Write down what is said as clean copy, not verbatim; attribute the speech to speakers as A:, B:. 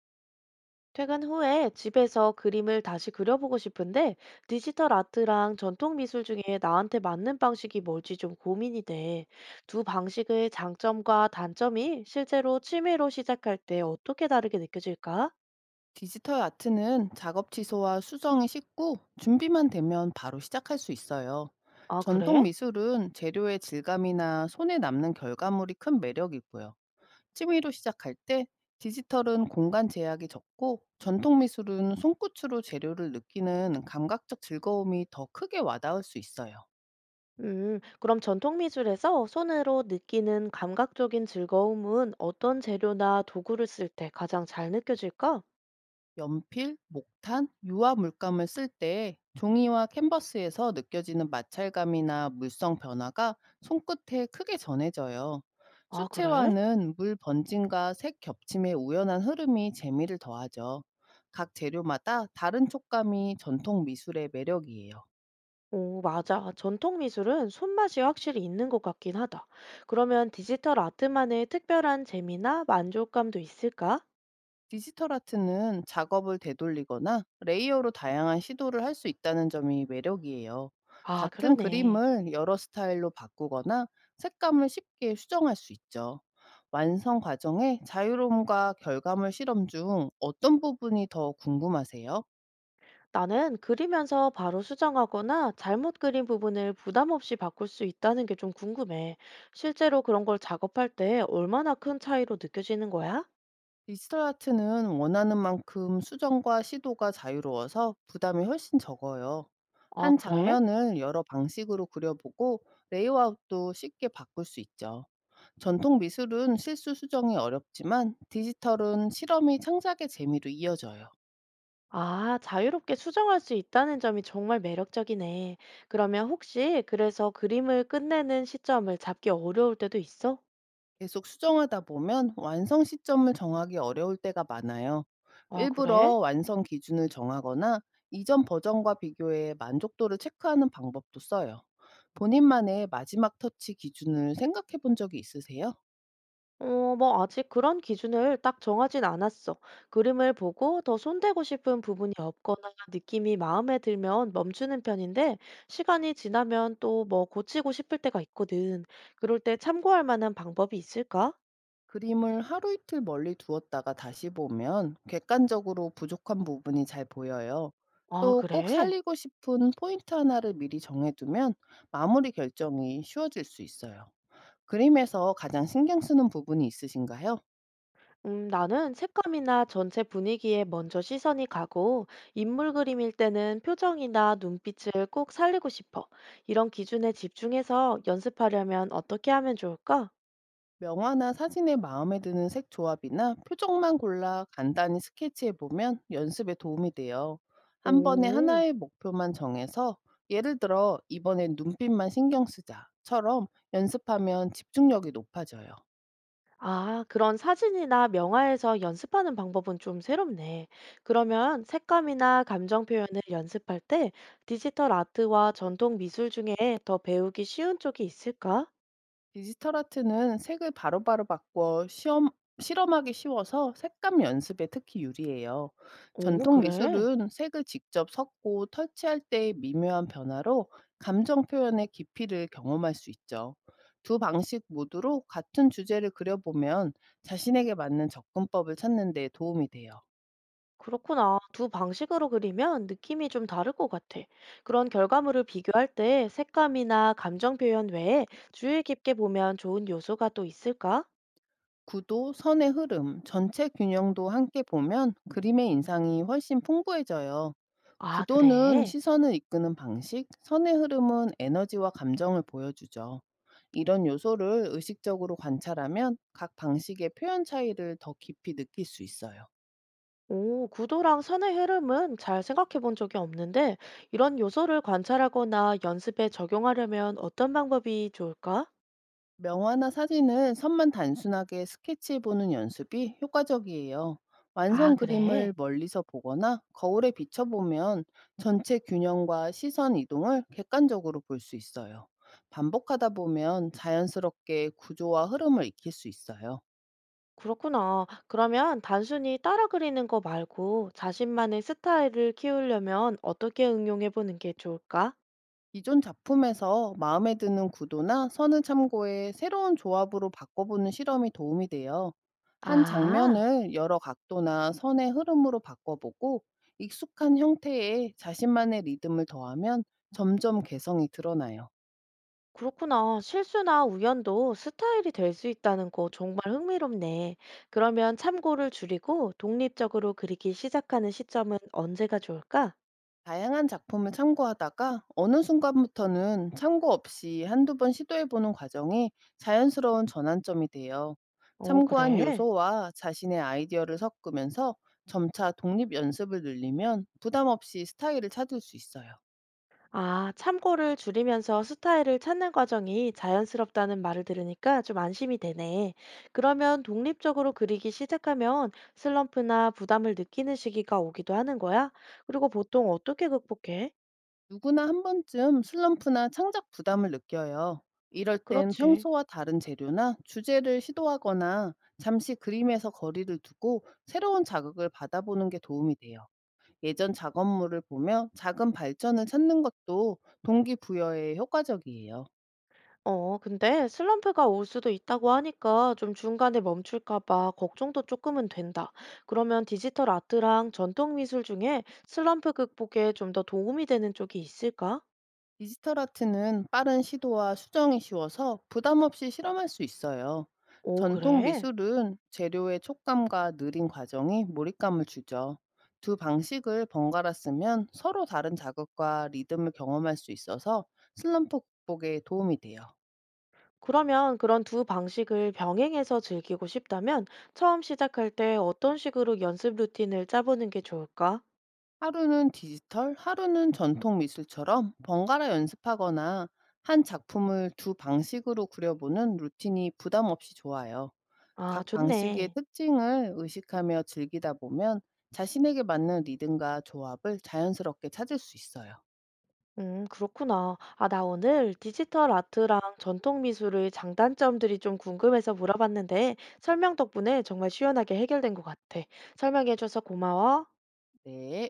A: 퇴근 후에 집에서 그림을 다시 그려보고 싶은데 디지털 아트랑 전통 미술 중에 나한테 맞는 방식이 뭘지 좀 고민이 돼. 두 방식의 장점과 단점이 실제로 취미로 시작할 때 어떻게 다르게 느껴질까?
B: 디지털 아트는 작업 취소와 수정이 쉽고 준비만 되면 바로 시작할 수 있어요.
A: 아,
B: 전통
A: 그래?
B: 미술은 재료의 질감이나 손에 남는 결과물이 큰 매력이고요. 취미로 시작할 때 디지털은 공간 제약이 적고 전통 미술은 손끝으로 재료를 느끼는 감각적 즐거움이 더 크게 와닿을 수 있어요.
A: 그럼 전통 미술에서 손으로 느끼는 감각적인 즐거움은 어떤 재료나 도구를 쓸 때 가장 잘 느껴질까?
B: 연필, 목탄, 유화 물감을 쓸 때 종이와 캔버스에서 느껴지는 마찰감이나 물성 변화가 손끝에 크게 전해져요.
A: 아, 그래?
B: 수채화는 물 번짐과 색 겹침의 우연한 흐름이 재미를 더하죠. 각 재료마다 다른 촉감이 전통 미술의 매력이에요.
A: 오, 맞아. 전통 미술은 손맛이 확실히 있는 것 같긴 하다. 그러면 디지털 아트만의 특별한 재미나 만족감도 있을까?
B: 디지털 아트는 작업을 되돌리거나 레이어로 다양한 시도를 할 수 있다는 점이 매력이에요.
A: 아,
B: 같은
A: 그러네.
B: 그림을 여러 스타일로 바꾸거나 색감을 쉽게 수정할 수 있죠. 완성 과정에 자유로움과 결과물 실험 중 어떤 부분이 더 궁금하세요?
A: 나는 그리면서 바로 수정하거나 잘못 그린 부분을 부담 없이 바꿀 수 있다는 게 좀 궁금해. 실제로 그런 걸 작업할 때 얼마나 큰 차이로 느껴지는 거야?
B: 디지털 아트는 원하는 만큼 수정과 시도가 자유로워서 부담이 훨씬 적어요.
A: 아,
B: 한
A: 그래?
B: 장면을 여러 방식으로 그려보고 레이아웃도 쉽게 바꿀 수 있죠. 전통 미술은 실수 수정이 어렵지만 디지털은 실험이 창작의 재미로 이어져요.
A: 아, 자유롭게 수정할 수 있다는 점이 정말 매력적이네. 그러면 혹시 그래서 그림을 끝내는 시점을 잡기 어려울 때도 있어?
B: 계속 수정하다 보면 완성 시점을 정하기 어려울 때가 많아요.
A: 아, 그래?
B: 일부러 완성 기준을 정하거나 이전 버전과 비교해 만족도를 체크하는 방법도 써요. 본인만의 마지막 터치 기준을 생각해 본 적이 있으세요?
A: 어, 뭐 아직 그런 기준을 딱 정하진 않았어. 그림을 보고 더 손대고 싶은 부분이 없거나 느낌이 마음에 들면 멈추는 편인데 시간이 지나면 또 뭐 고치고 싶을 때가 있거든. 그럴 때 참고할 만한 방법이 있을까?
B: 그림을 하루 이틀 멀리 두었다가 다시 보면 객관적으로 부족한 부분이 잘 보여요.
A: 아,
B: 또 꼭
A: 그래?
B: 살리고 싶은 포인트 하나를 미리 정해두면 마무리 결정이 쉬워질 수 있어요. 그림에서 가장 신경 쓰는 부분이 있으신가요?
A: 나는 색감이나 전체 분위기에 먼저 시선이 가고 인물 그림일 때는 표정이나 눈빛을 꼭 살리고 싶어. 이런 기준에 집중해서 연습하려면 어떻게 하면 좋을까?
B: 명화나 사진에 마음에 드는 색 조합이나 표정만 골라 간단히 스케치해 보면 연습에 도움이 돼요. 한 번에
A: 오.
B: 하나의 목표만 정해서 예를 들어 이번엔 눈빛만 신경 쓰자처럼 연습하면 집중력이 높아져요.
A: 아, 그런 사진이나 명화에서 연습하는 방법은 좀 새롭네. 그러면 색감이나 감정 표현을 연습할 때 디지털 아트와 전통 미술 중에 더 배우기 쉬운 쪽이 있을까?
B: 디지털 아트는 색을 바로바로 바꿔 시험, 실험하기 쉬워서 색감 연습에 특히 유리해요.
A: 오,
B: 전통
A: 그래.
B: 미술은 색을 직접 섞고 터치할 때의 미묘한 변화로 감정 표현의 깊이를 경험할 수 있죠. 두 방식 모두로 같은 주제를 그려보면 자신에게 맞는 접근법을 찾는 데 도움이 돼요.
A: 그렇구나. 두 방식으로 그리면 느낌이 좀 다를 것 같아. 그런 결과물을 비교할 때 색감이나 감정 표현 외에 주의 깊게 보면 좋은 요소가 또 있을까?
B: 구도, 선의 흐름, 전체 균형도 함께 보면 그림의 인상이 훨씬 풍부해져요.
A: 아,
B: 구도는
A: 그래.
B: 시선을 이끄는 방식, 선의 흐름은 에너지와 감정을 보여주죠. 이런 요소를 의식적으로 관찰하면 각 방식의 표현 차이를 더 깊이 느낄 수 있어요.
A: 오, 구도랑 산의 흐름은 잘 생각해 본 적이 없는데, 이런 요소를 관찰하거나 연습에 적용하려면 어떤 방법이 좋을까?
B: 명화나 사진을 선만 단순하게 스케치해 보는 연습이 효과적이에요.
A: 아,
B: 완성
A: 그래.
B: 그림을 멀리서 보거나 거울에 비춰보면 전체 균형과 시선 이동을 객관적으로 볼 수 있어요. 반복하다 보면 자연스럽게 구조와 흐름을 익힐 수 있어요.
A: 그렇구나. 그러면 단순히 따라 그리는 거 말고 자신만의 스타일을 키우려면 어떻게 응용해 보는 게 좋을까?
B: 기존 작품에서 마음에 드는 구도나 선을 참고해 새로운 조합으로 바꿔보는 실험이 도움이 돼요. 한
A: 아,
B: 장면을 여러 각도나 선의 흐름으로 바꿔보고 익숙한 형태에 자신만의 리듬을 더하면 점점 개성이 드러나요.
A: 그렇구나. 실수나 우연도 스타일이 될 수 있다는 거 정말 흥미롭네. 그러면 참고를 줄이고 독립적으로 그리기 시작하는 시점은 언제가 좋을까?
B: 다양한 작품을 참고하다가 어느 순간부터는 참고 없이 한두 번 시도해보는 과정이 자연스러운 전환점이 돼요.
A: 어,
B: 참고한
A: 그래?
B: 요소와 자신의 아이디어를 섞으면서 점차 독립 연습을 늘리면 부담 없이 스타일을 찾을 수 있어요.
A: 아, 참고를 줄이면서 스타일을 찾는 과정이 자연스럽다는 말을 들으니까 좀 안심이 되네. 그러면 독립적으로 그리기 시작하면 슬럼프나 부담을 느끼는 시기가 오기도 하는 거야? 그리고 보통 어떻게 극복해?
B: 누구나 한 번쯤 슬럼프나 창작 부담을 느껴요. 이럴 땐
A: 그렇지.
B: 평소와 다른 재료나 주제를 시도하거나 잠시 그림에서 거리를 두고 새로운 자극을 받아보는 게 도움이 돼요. 예전 작업물을 보며 작은 발전을 찾는 것도 동기부여에 효과적이에요.
A: 어, 근데 슬럼프가 올 수도 있다고 하니까 좀 중간에 멈출까 봐 걱정도 조금은 된다. 그러면 디지털 아트랑 전통 미술 중에 슬럼프 극복에 좀 더 도움이 되는 쪽이 있을까?
B: 디지털 아트는 빠른 시도와 수정이 쉬워서 부담 없이 실험할 수 있어요.
A: 오,
B: 전통
A: 그래?
B: 미술은 재료의 촉감과 느린 과정이 몰입감을 주죠. 두 방식을 번갈아 쓰면 서로 다른 자극과 리듬을 경험할 수 있어서 슬럼프 극복에 도움이 돼요.
A: 그러면 그런 두 방식을 병행해서 즐기고 싶다면 처음 시작할 때 어떤 식으로 연습 루틴을 짜보는 게 좋을까?
B: 하루는 디지털, 하루는 전통 미술처럼 번갈아 연습하거나 한 작품을 두 방식으로 그려보는 루틴이 부담 없이 좋아요.
A: 아,
B: 각 방식의
A: 좋네.
B: 특징을 의식하며 즐기다 보면 자신에게 맞는 리듬과 조합을 자연스럽게 찾을 수 있어요.
A: 그렇구나. 아, 나 오늘 디지털 아트랑 전통 미술의 장단점들이 좀 궁금해서 물어봤는데 설명 덕분에 정말 시원하게 해결된 것 같아. 설명해줘서 고마워.
B: 네.